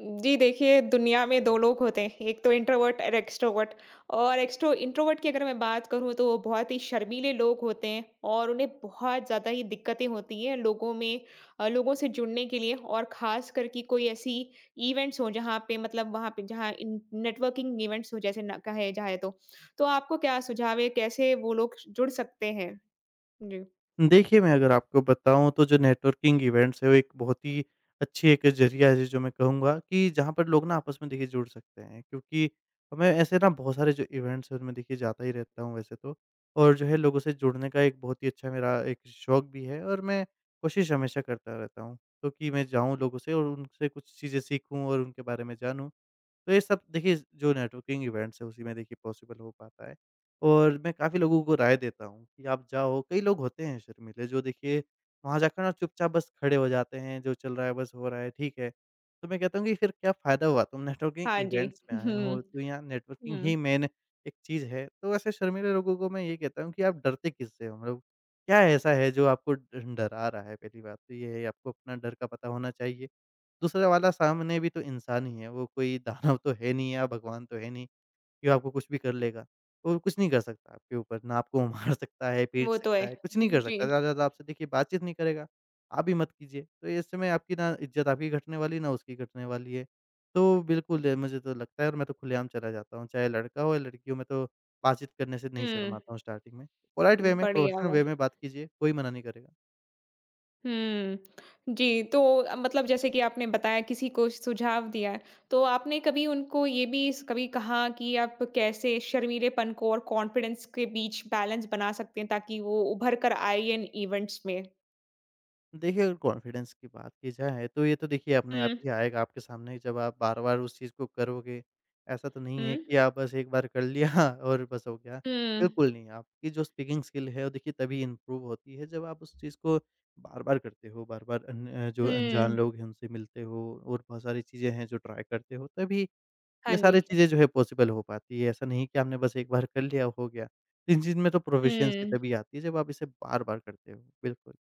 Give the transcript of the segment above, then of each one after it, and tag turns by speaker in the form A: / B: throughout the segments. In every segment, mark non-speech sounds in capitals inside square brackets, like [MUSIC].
A: जी देखिए, दुनिया में 2 लोग होते हैं, एक तो इंट्रोवर्ट और एक्सट्रोवर्ट। और एक्सट्रो इंट्रोवर्ट की अगर मैं बात करूँ तो वो बहुत ही शर्मीले लोग होते हैं। और उन्हें बहुत ज़्यादा ही दिक्कतें होती हैं लोगों में, लोगों से जुड़ने के लिए। और ख़ासकर कि कोई ऐसी इवेंट्स हों जहाँ पे मतलब वहाँ पे जहाँ इन नेटवर्किंग इवेंट्स हों जैसे ना कहे जाए तो। तो आपको क्या सुझाव है, कैसे वो लोग जुड़ सकते हैं? जी।
B: देखिए, मैं अगर आपको बताऊँ तो जो नेटवर्किंग इवेंट्स है वो एक बहुत ही अच्छी एक ज़रिया है जो मैं कहूँगा कि जहाँ पर लोग ना आपस में देखिए जुड़ सकते हैं। क्योंकि मैं ऐसे ना बहुत सारे जो इवेंट्स हैं उनमें देखिए जाता ही रहता हूँ वैसे तो। और जो है लोगों से जुड़ने का एक बहुत ही अच्छा मेरा एक शौक भी है, और मैं कोशिश हमेशा करता रहता हूँ। तो कि मैं जाऊँ लोगों से और उनसे कुछ चीज़ें सीखूँ और उनके बारे में जानूँ। तो ये सब देखिए जो नेटवर्किंग इवेंट्स है उसी में देखिए पॉसिबल हो पाता है। और मैं काफ़ी लोगों को राय देता हूँ कि आप जाओ, कई लोग होते हैं शर्मीले जो देखिए वहाँ जाकर ना चुपचाप बस खड़े हो जाते हैं, जो चल रहा है बस हो रहा है, ठीक है। तो मैं कहता हूँ कि फिर क्या फ़ायदा हुआ तुम नेटवर्किंग
A: हाँ जी।
B: इवेंट्स में आए
A: हुँ,
B: हो, तो यहाँ नेटवर्किंग
A: हुँ।
B: ही मेन एक चीज़ है। तो ऐसे शर्मीले लोगों को मैं ये कहता हूँ कि आप डरते किससे हो? मतलब क्या ऐसा है जो आपको ड डरा रहा है? पहली बात तो ये है, आपको अपना डर का पता होना चाहिए। दूसरा वाला सामने भी तो इंसान ही है, वो कोई दानव तो है नहीं या भगवान तो है नहीं कि वो आपको कुछ भी कर लेगा। वो कुछ नहीं कर सकता आपके ऊपर, ना आपको मार [LAUGHS] सकता है, पीट
A: वो तो
B: सकता
A: है।
B: है, कुछ नहीं कर
A: जी।
B: सकता। ज़्यादा से ज़्यादा आपसे देखिए बातचीत नहीं करेगा, आप भी मत कीजिए। तो ऐसे में आपकी ना इज़्ज़त आपकी घटने वाली, ना उसकी घटने वाली है। तो बिल्कुल मुझे तो लगता है, और मैं तो खुलेआम चला जाता हूँ, चाहे लड़का हो या लड़की हो, मैं तो बातचीत करने से नहीं शर्माता हूँ स्टार्टिंग में। पोलाइट
A: हुँ,
B: वे में,
A: बढ़िया।
B: प्रोफेशनल वे में बात कीजिए, कोई मना नहीं करेगा।
A: हुँ। जी, तो मतलब जैसे कि आपने बताया किसी को सुझाव दिया है, तो आपने कभी उनको ये भी स कभी कहा कि आप कैसे शर्मीलेपन को और कॉन्फिडेंस के बीच बैलेंस बना सकते हैं ताकि वो उभर कर आए इन इवेंट्स में?
B: देखिए, अगर कॉन्फिडेंस की बात की जाए तो ये तो देखिए अपने आप
A: हुँ,
B: ही आएगा आपके सामने जब आप बार-बार उस चीज़ को करोगे। ऐसा तो नहीं
A: हुँ।
B: है कि आप बस एक बार कर लिया [LAUGHS] और बस हो गया।
A: हुँ।
B: बिल्कुल नहीं, आपकी जो स्पीकिंग स्किल है वो देखिए तभी इम्प्रूव होती है जब आप उस चीज़ को बार-बार करते हो, बार-बार जो अनजान
A: हुँ।
B: लोग हैं उनसे मिलते हो और बहुत सारी चीज़ें हैं जो ट्राई करते हो, तभी
A: हाँ
B: ये
A: जी।
B: सारी चीज़ें जो है पॉसिबल हो पाती है। ऐसा नहीं कि आपने बस एक बार कर लिया, हो गया। तो इन चीज़ में तो प्रोफिशिएंसी
A: हुँ।
B: तभी आती है जब आप इसे बार-बार करते हो। बिल्कुल।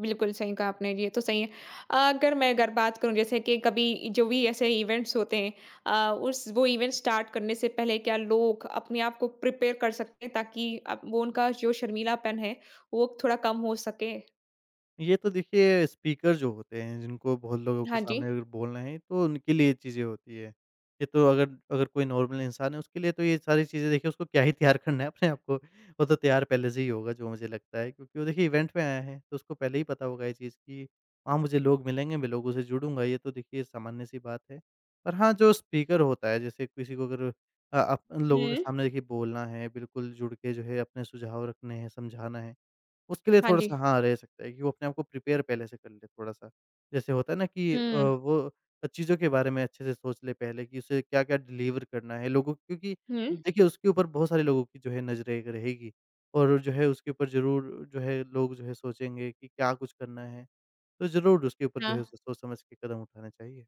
A: बिल्कुल सही कहा आपने, ये तो सही है। अगर मैं अगर बात करूँ जैसे कि कभी जो भी ऐसे इवेंट्स होते हैं, उस वो इवेंट स्टार्ट करने से पहले क्या लोग अपने आप को प्रिपेयर कर सकते हैं ताकि अप वो उनका जो शर्मीलापन है, वो थोड़ा कम हो सके?
B: ये तो देखिए स्पीकर जो होते हैं जिनको बहुत लोगों के
A: हाँ जी।
B: सामने अगर बोलना है तो उनके लिए चीज़ें होती है। ये तो अगर अगर कोई नॉर्मल इंसान है उसके लिए तो ये सारी चीज़ें देखिए उसको क्या ही तैयार करना है अपने आप को। वो तो तैयार पहले से ही होगा, जो मुझे लगता है, क्योंकि वो देखिए इवेंट में आया है तो उसको पहले ही पता होगा ये चीज़ कि वहाँ मुझे लोग मिलेंगे, मैं लोगों से जुड़ूँगा, ये तो देखिए सामान्य सी बात है। पर हाँ, जो स्पीकर होता है, जैसे किसी को अगर आप लोगों के
A: हुँ।
B: सामने देखिए बोलना है, बिल्कुल जुड़ के जो है अपने सुझाव रखने हैं, समझाना है। उसके लिए
A: हाँ जी।
B: थोड़ा-सा हाँ, रह सकता है कि वो अपने आप को प्रिपेयर पहले से कर ले थोड़ा-सा। जैसे होता है ना कि
A: हुँ।
B: वो चीज़ों के बारे में अच्छे से सोच ले पहले कि उसे क्या-क्या डिलीवर करना है लोगों को, क्योंकि
A: हुँ।
B: देखिए उसके ऊपर बहुत सारे लोगों की जो है नज़रें एक रहेगी, और जो है उसके ऊपर ज़रूर जो है लोग जो है सोचेंगे कि क्या कुछ करना है, तो ज़रूर उसके ऊपर जो है
A: हाँ।
B: उसे सोच समझ के कदम उठाने चाहिए।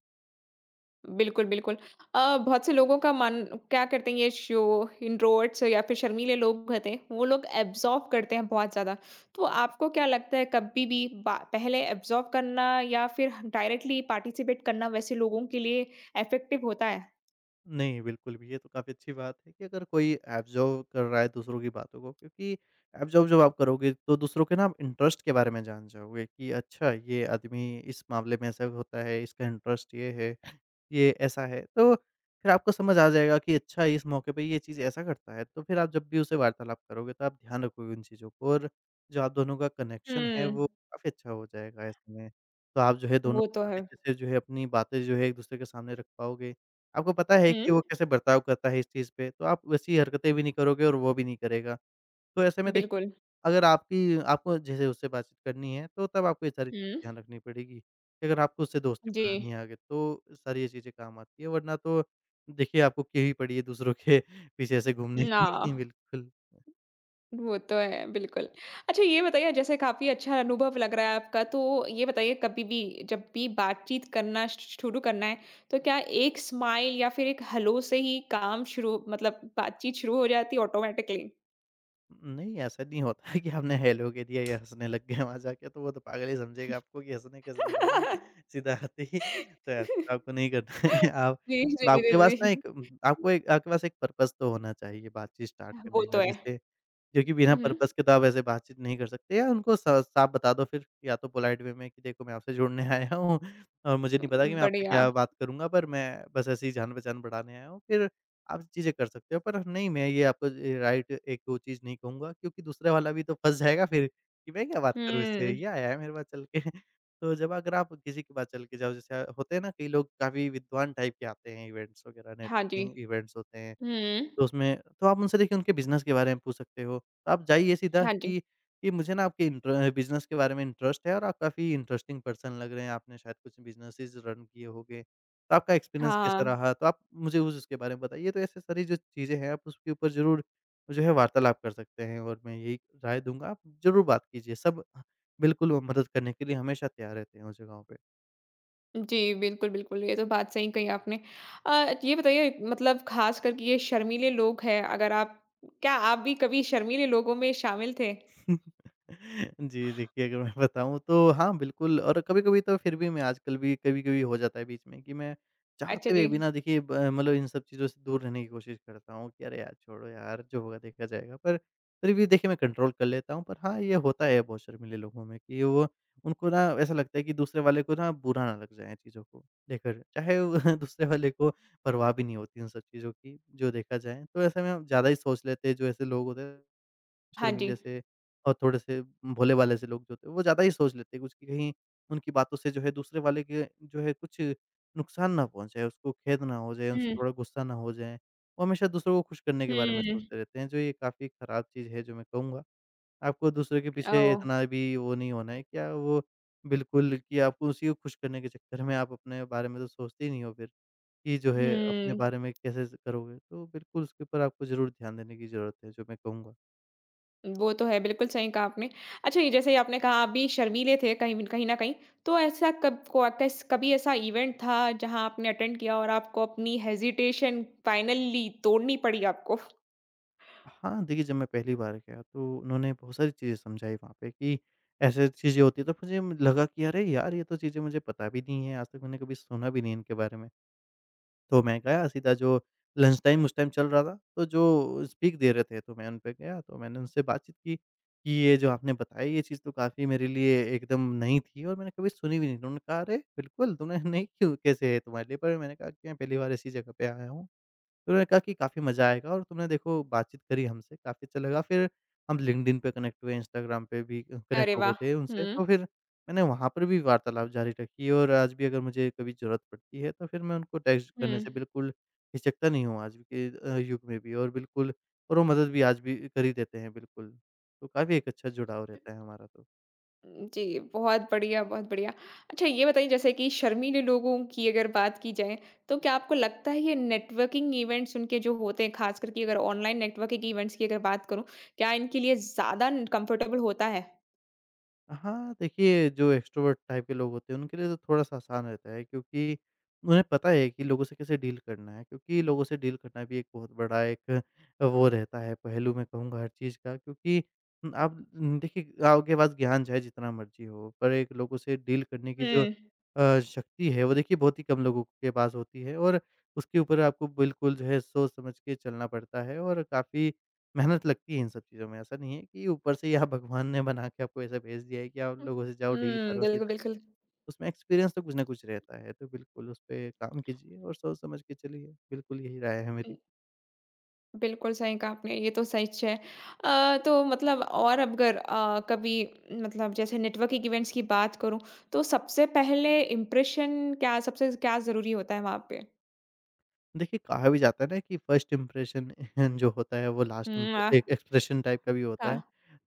A: बिल्कुल, बिल्कुल। बहुत से लोगों का मन क्या करते हैं ये शो इंट्रोवर्ट्स या फिर शर्मीले लोग होते हैं, वो लोग एब्ज़ॉर्ब करते हैं बहुत ज़्यादा। तो आपको क्या लगता है कभी भी बा पहले एब्ज़ॉर्ब करना या फिर डायरेक्टली पार्टिसिपेट करना वैसे लोगों के लिए इफ़ेक्टिव होता है?
B: नहीं, बिल्कुल भी, ये तो काफ़ी अच्छी बात है कि अगर कोई ऑब्ज़र्व कर रहा है दूसरों की बातों को, क्योंकि ऑब्ज़र्व जब आप करोगे तो दूसरों के ना आप इंटरेस्ट के बारे में जान जाओगे कि अच्छा, ये आदमी इस मामले में ऐसा होता है, इसका इंटरेस्ट ये है, ये ऐसा है। तो फिर आपको समझ आ जाएगा कि अच्छा, इस मौके पे ये चीज़ ऐसा करता है, तो फिर आप जब भी उससे वार्तालाप करोगे तो आप ध्यान रखोगे उन चीज़ों को, और जो आप दोनों का कनेक्शन है
A: हुँ,
B: वो काफ़ी अच्छा हो जाएगा ऐसे में। तो आप जो है दोनों
A: वो तो है।
B: काफ़ी अच्छे से जो है अपनी बातें जो है एक-दूसरे के सामने रख पाओगे। आपको पता है कि
A: हुँ,
B: वो कैसे बर्ताव करता है इस चीज़ पे, तो आप वैसी हरकतें भी नहीं करोगे और वो भी नहीं करेगा। तो ऐसे में देखिए,
A: बिल्कुल।
B: अगर आपकी आपको जैसे उससे बातचीत करनी है, तो तब आपको ये सारी चीज़ें
A: हुँ,
B: ध्यान रखनी पड़ेगी कि अगर आपको उससे दोस्ती
A: जी।
B: बनानी है आगे, तो सारी ये चीज़ें काम आती हैं, वरना तो देखिए आपको की ही पड़ी है दूसरों के [LAUGHS] पीछे ऐसे घूमने
A: ना।
B: की। [LAUGHS] बिल्कुल।
A: वो तो है, बिल्कुल। अच्छा ये बताइए जैसे काफ़ी अच्छा अनुभव लग रहा है आपका, तो ये बताइए कभी भी जब भी बातचीत करना श शुरू करना है, तो क्या एक स्माइल या फिर एक हेलो से ही काम शुरू मतलब बातचीत शुरू हो जाती है ऑटोमैटिकली?
B: नहीं, ऐसा नहीं होता है कि आपने हेलो कह दिया या हँसने लग गए वहाँ जाके, तो वो तो पागल ही समझेगा आपको कि हँसने कैसे लग रहा है ये,
A: [LAUGHS]
B: सीधा आते ही। तो ऐसा तो आपको नहीं करना है। [LAUGHS] आप
A: जी, जी,
B: आपके पास
A: जी,
B: ना
A: जी।
B: एक आपको एक आपके पास एक पर्पज़ तो होना चाहिए बातचीत स्टार्ट
A: वो
B: करने
A: तो
B: का।
A: है।
B: जैसे, क्योंकि बिना
A: हुँ, हुँ।
B: पर्पज़ के तो आप ऐसे बातचीत नहीं कर सकते। या उनको स साफ बता दो फिर, या तो पोलाइट वे में कि देखो, मैं आपसे जुड़ने [LAUGHS] आया हूँ और मुझे नहीं पता कि मैं आपसे
A: बढ़िया।
B: क्या बात करूँगा, पर मैं बस ऐसे ही जान-पहचान बढ़ाने आया हूँ। फिर आप चीज़ें कर सकते हो। पर नहीं, मैं ये आपको राइट एक वो चीज़ नहीं कहूँगा, क्योंकि दूसरे वाला भी तो फँस जाएगा फिर कि मैं क्या बात करूँ इससे,
A: हुँ,
B: ये आया है मेरे पास चल के। [LAUGHS] तो जब अगर आप किसी के पास चल के जाओ, जैसे होते हैं ना कई लोग काफ़ी विद्वान टाइप के आते हैं इवेंट्स वगैरह,
A: हाँ जी।
B: नेटवर्किंग इवेंट्स होते हैं।
A: हुँ,
B: तो उसमें तो आप उनसे देखिए उनके बिज़नेस के बारे में पूछ सकते हो। तो आप जाइए सीधा
A: हाँ जी।
B: कि मुझे ना आपके इंटर बिज़नेस के बारे में इंटरेस्ट है, और आप काफ़ी इंटरेस्टिंग पर्सन लग रहे हैं, आपने शायद कुछ बिज़नेसेस रन किए होंगे। तो आपका एक्सपीरियंस कैसा
A: हाँ।
B: रहा? तो आप मुझे उस उसके बारे में बताइए। तो ऐसे सारी जो चीज़ें हैं आप उसके ऊपर ज़रूर जो है वार्तालाप कर सकते हैं, और मैं यही राय दूँगा आप ज़रूर बात कीजिए। सब बिल्कुल मदद करने के लिए हमेशा तैयार रहते हैं उस जगहों पे।
A: जी, बिल्कुल, बिल्कुल, ये तो बात सही कही आपने। ये बताइए मतलब ख़ास करके ये शर्मीले लोग हैं, अगर आप क्या आप भी कभी शर्मीले लोगों में शामिल थे?
B: [LAUGHS] जी, देखिए अगर मैं बताऊँ तो हाँ, बिल्कुल। और कभी-कभी तो फिर भी मैं आजकल भी कभी-कभी हो जाता है बीच में कि मैं
A: अच्छा
B: चाहते
A: जी।
B: हुए भी ना देखिए ब मतलब इन सब चीज़ों से दूर रहने की कोशिश करता हूँ कि अरे यार! छोड़ो यार, जो होगा देखा जाएगा। पर फिर भी देखिए मैं कंट्रोल कर लेता हूँ। पर हाँ, ये होता है बहुत शर्मीले लोगों में कि वो, उनको ना ऐसा लगता है कि दूसरे वाले को ना बुरा ना लग जाए चीज़ों को लेकर। चाहे वो [LAUGHS] दूसरे वाले को परवाह भी नहीं होती उन सब चीज़ों की, जो देखा जाए। तो ऐसे में हम ज़्यादा ही सोच लेते हैं, जो ऐसे लोग होते हैं
A: हाँ जी।
B: शर्मीले से और थोड़े-से भोले भाले से लोग जो होते हैं, वो ज़्यादा ही सोच लेते हैं कुछ कि कहीं उनकी बातों से जो है दूसरे वाले के जो है कुछ नुकसान ना पहुँचे, उसको खेद ना हो जाए, उनसे
A: हुँ,
B: थोड़ा गुस्सा ना हो जाए। वो हमेशा दूसरों को खुश करने के बारे में
A: हुँ,
B: सोचते रहते हैं, जो ये काफ़ी ख़राब चीज़ है जो मैं कहूँगा। आपको दूसरे के पीछे
A: ओह!
B: इतना भी वो नहीं होना है क्या वो, बिल्कुल। कि आपको उसी को खुश करने के चक्कर में आप अपने बारे में तो सोचते ही नहीं हो फिर कि जो
A: हुँ,
B: है अपने बारे में कैसे ज़ करोगे। तो बिल्कुल उसके ऊपर आपको ज़रूर ध्यान देने की ज़रूरत है, जो मैं कहूँगा।
A: वो तो है, बिल्कुल सही कहा आपने। अच्छा ये जैसे ही आपने कहा आप भी शर्मीले थे कहीं न कहीं न कहीं, तो ऐसा कब को कैस कभी ऐसा इवेंट था जहाँ आपने अटेंड किया और आपको अपनी हेजिटेशन फाइनली तोड़नी पड़ी आपको?
B: हाँ, देखिए जब मैं पहली बार गया तो उन्होंने बहुत सारी चीज़ें समझाई वहाँ पे कि ऐसे चीज़ें होती हैं, तो मुझे लगा कि अरे यार! ये तो चीज़ें मुझे पता भी नहीं है, आज तक मैंने कभी सुना भी नहीं इनके बारे में। तो मैं गया सीधा, जो लंच टाइम उस टाइम चल रहा था, तो जो स्पीक दे रहे थे तो मैं उन पे गया, तो मैंने उनसे बातचीत की कि ये जो आपने बताई ये चीज़ तो काफ़ी मेरे लिए एकदम नई थी और मैंने कभी सुनी भी नहीं। तो उन्होंने कहा, "अरे! बिल्कुल तुमने [LAUGHS] नहीं क्यों कैसे है तुम्हारे लिए?" पर मैंने कहा कि मैं पहली बार ऐसी जगह पे आया हूँ। तो उन्होंने कहा कि काफ़ी मज़ा आएगा और तुमने देखो बातचीत करी हमसे, काफ़ी अच्छा लगा। फिर हम लिंक्डइन पे कनेक्ट हुए, इंस्टाग्राम पे भी
A: अरे
B: कनेक्ट हो गए
A: वाह!
B: थे उनसे।
A: हुँ,
B: तो फिर मैंने वहाँ पर भी वार्तालाप जारी रखी और आज भी अगर मुझे कभी ज़रूरत पड़ती है, तो फिर मैं उनको टेक्स्ट करने
A: हुँ।
B: से बिल्कुल हिचकता नहीं हूँ आज के युग में भी और बिल्कुल और वो मदद भी आज भी कर ही देते हैं बिल्कुल। तो काफ़ी एक अच्छा जुड़ाव रहता है हमारा तो।
A: जी, बहुत बढ़िया, बहुत बढ़िया। अच्छा ये बताइए जैसे कि शर्मीले लोगों की अगर बात की जाए, तो क्या आपको लगता है ये नेटवर्किंग इवेंट्स उनके जो होते हैं, ख़ास करके अगर ऑनलाइन नेटवर्किंग इवेंट्स की अगर बात करूँ, क्या इनके लिए ज़्यादा न कम्फ़र्टेबल होता है?
B: हाँ, देखिए जो एक्स्ट्रोवर्ट टाइप के लोग होते हैं उनके लिए तो थोड़ा-सा आसान रहता है क्योंकि उन्हें पता है कि लोगों से कैसे डील करना है, क्योंकि लोगों से डील करना भी एक बहुत बड़ा एक वो रहता है पहलू, मैं कहूँगा हर चीज़ का। क्योंकि आप देखिए आपके पास ज्ञान चाहे जितना मर्ज़ी हो, पर एक लोगों से डील करने की जो
A: हुँ।
B: शक्ति है वो देखिए बहुत ही कम लोगों के पास होती है। और उसके ऊपर आपको बिल्कुल जो है सोच समझ के चलना पड़ता है और काफ़ी मेहनत लगती है इन सब चीज़ों में। ऐसा नहीं है कि ऊपर से या भगवान ने बना के आपको ऐसा भेज दिया है कि आप
A: हुँ।
B: लोगों से जाओ डील
A: हुँ,
B: करो
A: बिल्कुल,
B: सीधा।
A: बिल्कुल।
B: उसमें एक्सपीरियंस तो कुछ ना कुछ रहता है, तो बिल्कुल उस पे काम कीजिए और सोच समझ के चलिए, बिल्कुल यही राय है
A: उम,
B: मेरी।
A: बिल्कुल सही कहा आपने, ये तो सच है। तो मतलब और अगर कभी मतलब जैसे नेटवर्किंग इवेंट्स की बात करूँ, तो सबसे पहले इम्प्रेशन क्या ज़रूरी होता है वहाँ पे?
B: देखिए, कहा भी जाता है ना कि फर्स्ट इंप्रेशन [LAUGHS] जो होता है वो लास्ट
A: हुँ, आह।
B: इम्प्रे एक एक्सप्रेशन टाइप का भी होता
A: हाँ,
B: है।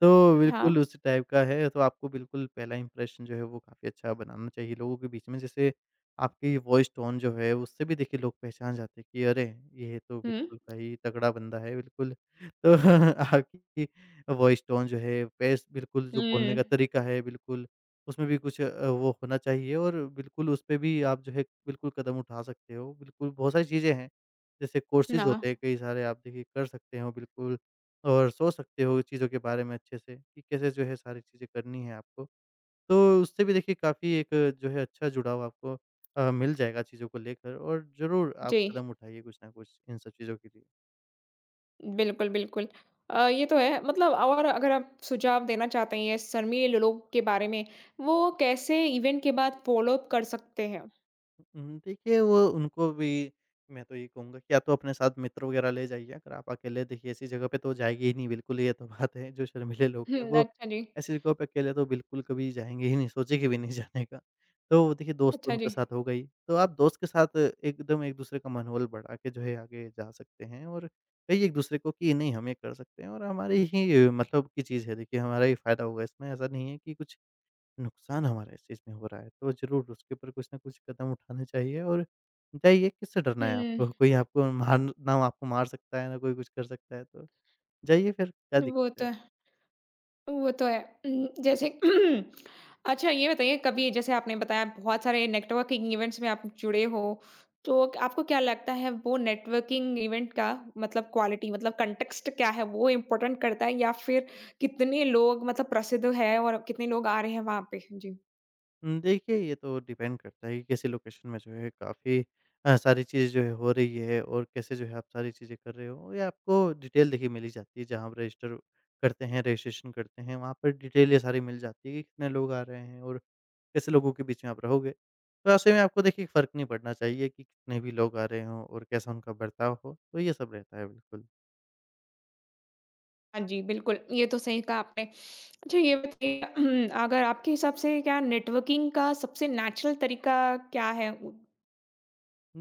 B: तो
A: हाँ।
B: बिल्कुल उस टाइप का है, तो आपको बिल्कुल पहला इंप्रेशन जो है वो काफ़ी अच्छा बनाना चाहिए लोगों के बीच में। जैसे आपकी वॉइस टोन जो है उससे भी देखिए लोग पहचान जाते हैं कि अरे! ये तो
A: हुँ।
B: बिल्कुल भाई तगड़ा बंदा है बिल्कुल। तो [LAUGHS] आपकी वॉइस टोन जो है, पेस बिल्कुल जो बोलने
A: हुँ,
B: का तरीका है बिल्कुल, उसमें भी कुछ वो होना चाहिए और बिल्कुल उस पे भी आप जो है बिल्कुल कदम उठा सकते हो। बिल्कुल बहुत सारी चीज़ें हैं, जैसे कोर्सेज़ होते
A: हाँ,
B: हैं कई सारे, आप देखिए कर सकते हो बिल्कुल और सोच सकते हो चीज़ों के बारे में अच्छे से कि कैसे जो है सारी चीज़ें करनी है आपको। तो उससे भी देखिए काफ़ी एक जो है अच्छा जुड़ाव आपको मिल जाएगा चीज़ों को लेकर और ज़रूर आप
A: जी।
B: कदम उठाइए कुछ ना कुछ इन सब चीज़ों के लिए।
A: बिल्कुल, बिल्कुल। ये तो है मतलब और अगर आप सुझाव देना चाहते हैं ये शर्मीले लोग के बारे में, वो कैसे इवेंट के बाद फ़ॉलो अप कर सकते हैं?
B: देखिए वो उनको भी मैं तो ये कहूँगा कि या तो अपने साथ मित्र वगैरह ले जाइए, अगर आप अकेले देखिए ऐसी जगह पे तो जाएँगे ही नहीं बिल्कुल, ये तो बात है। जो शर्मीले लोग हैं
A: हुँ,
B: वो
A: अच्छा जी।
B: ऐसी जगहों पे अकेले तो बिल्कुल कभी जाएँगे ही नहीं, सोचेंगे भी नहीं जाने का। तो देखिए दोस्त तो
A: अच्छा
B: उनके
A: जी।
B: साथ हो गई, तो आप दोस्त के साथ एकदम एक-दूसरे का मनोबल बढ़ा के जो है आगे जा सकते हैं और कहिए एक-दूसरे को कि नहीं हम ये कर सकते हैं और हमारी ही मतलब की चीज़ है देखिए, हमारा ही फ़ायदा होगा इसमें। ऐसा नहीं है कि कुछ नुकसान हमारा इस चीज़ में हो रहा है, तो ज़रूर उसके ऊपर कुछ न कुछ कदम उठाने चाहिए और जाइए, किससे डरना है
A: हुँ,
B: आपको? कोई आपको मार ना आपको मार सकता है, ना कोई कुछ कर सकता है, तो जाइए फिर, क्या
A: वो
B: दिक्कत है?
A: तो वो तो है। जैसे [CLEARS THROAT] अच्छा ये बताइए कभी जैसे आपने बताया बहुत सारे नेटवर्किंग इवेंट्स में आप जुड़े हो, तो आपको क्या लगता है वो नेटवर्किंग इवेंट का मतलब क्वालिटी मतलब कॉन्टेक्स्ट क्या है वो इम्पोर्टेंट करता है या फिर कितने लोग मतलब प्रसिद्ध है और कितने लोग आ रहे हैं वहाँ पे? जी।
B: देखिए, ये तो डिपेंड करता है कि कैसी लोकेशन में जो है काफ़ी सारी चीज़ें जो है हो रही है और कैसे जो है आप सारी चीज़ें कर रहे हो। ये आपको डिटेल देखिए मिल ही जाती है, जहाँ आप रजिस्टर करते हैं, रजिस्ट्रेशन करते हैं, वहाँ पर डिटेल ये सारी मिल जाती है कि कितने लोग आ रहे हैं और कैसे लोगों के बीच में आप रहोगे। तो ऐसे में आपको देखिए फ़र्क नहीं पड़ना चाहिए कि कितने भी लोग आ रहे हों और कैसा उनका बर्ताव हो, तो ये सब रहता है बिल्कुल।
A: हाँ जी, बिल्कुल, ये तो सही कहा आपने। अच्छा ये बताइए [CLEARS THROAT] अगर आपके हिसाब से क्या नेटवर्किंग का सबसे नेचुरल तरीका क्या है? [LAUGHS]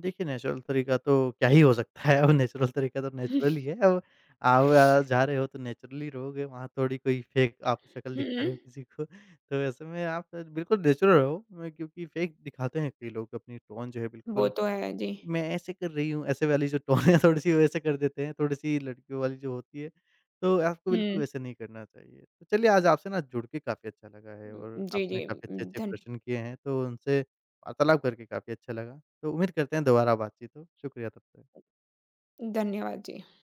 B: देखिए नेचुरल तरीका तो क्या ही हो सकता है, अब नेचुरल तरीका तो नेचुरल ही है। अब आप जा रहे हो तो नेचुरली रहोगे, वहाँ थोड़ी कोई फेक आप शक्ल
A: हुँ,
B: दिखा
A: हुँ,
B: रहे हो किसी को। [LAUGHS] तो ऐसे में आप बिल्कुल नेचुरल रहो, क्योंकि फेक दिखाते हैं कई लोग अपनी टोन जो है
A: वो
B: बिल्कुल,
A: तो है। जी।
B: मैं ऐसे कर रही हूँ, ऐसे वाली जो टोन है थोड़ी-सी वैसे कर देते हैं, थोड़ी-सी लड़कियों वाली जो होती है, तो आपको बिल्कुल
A: हुँ।
B: वैसे नहीं करना चाहिए। तो चलिए आज आपसे ना जुड़ के काफ़ी अच्छा लगा है और
A: जी,
B: आपने
A: जी।
B: काफ़ी अच्छे-अच्छे
A: धन
B: प्रश्न किए हैं, तो उनसे वार्तालाप करके काफ़ी अच्छा लगा। तो उम्मीद करते हैं दोबारा बातचीत हो। शुक्रिया तब तक।
A: धन्यवाद जी।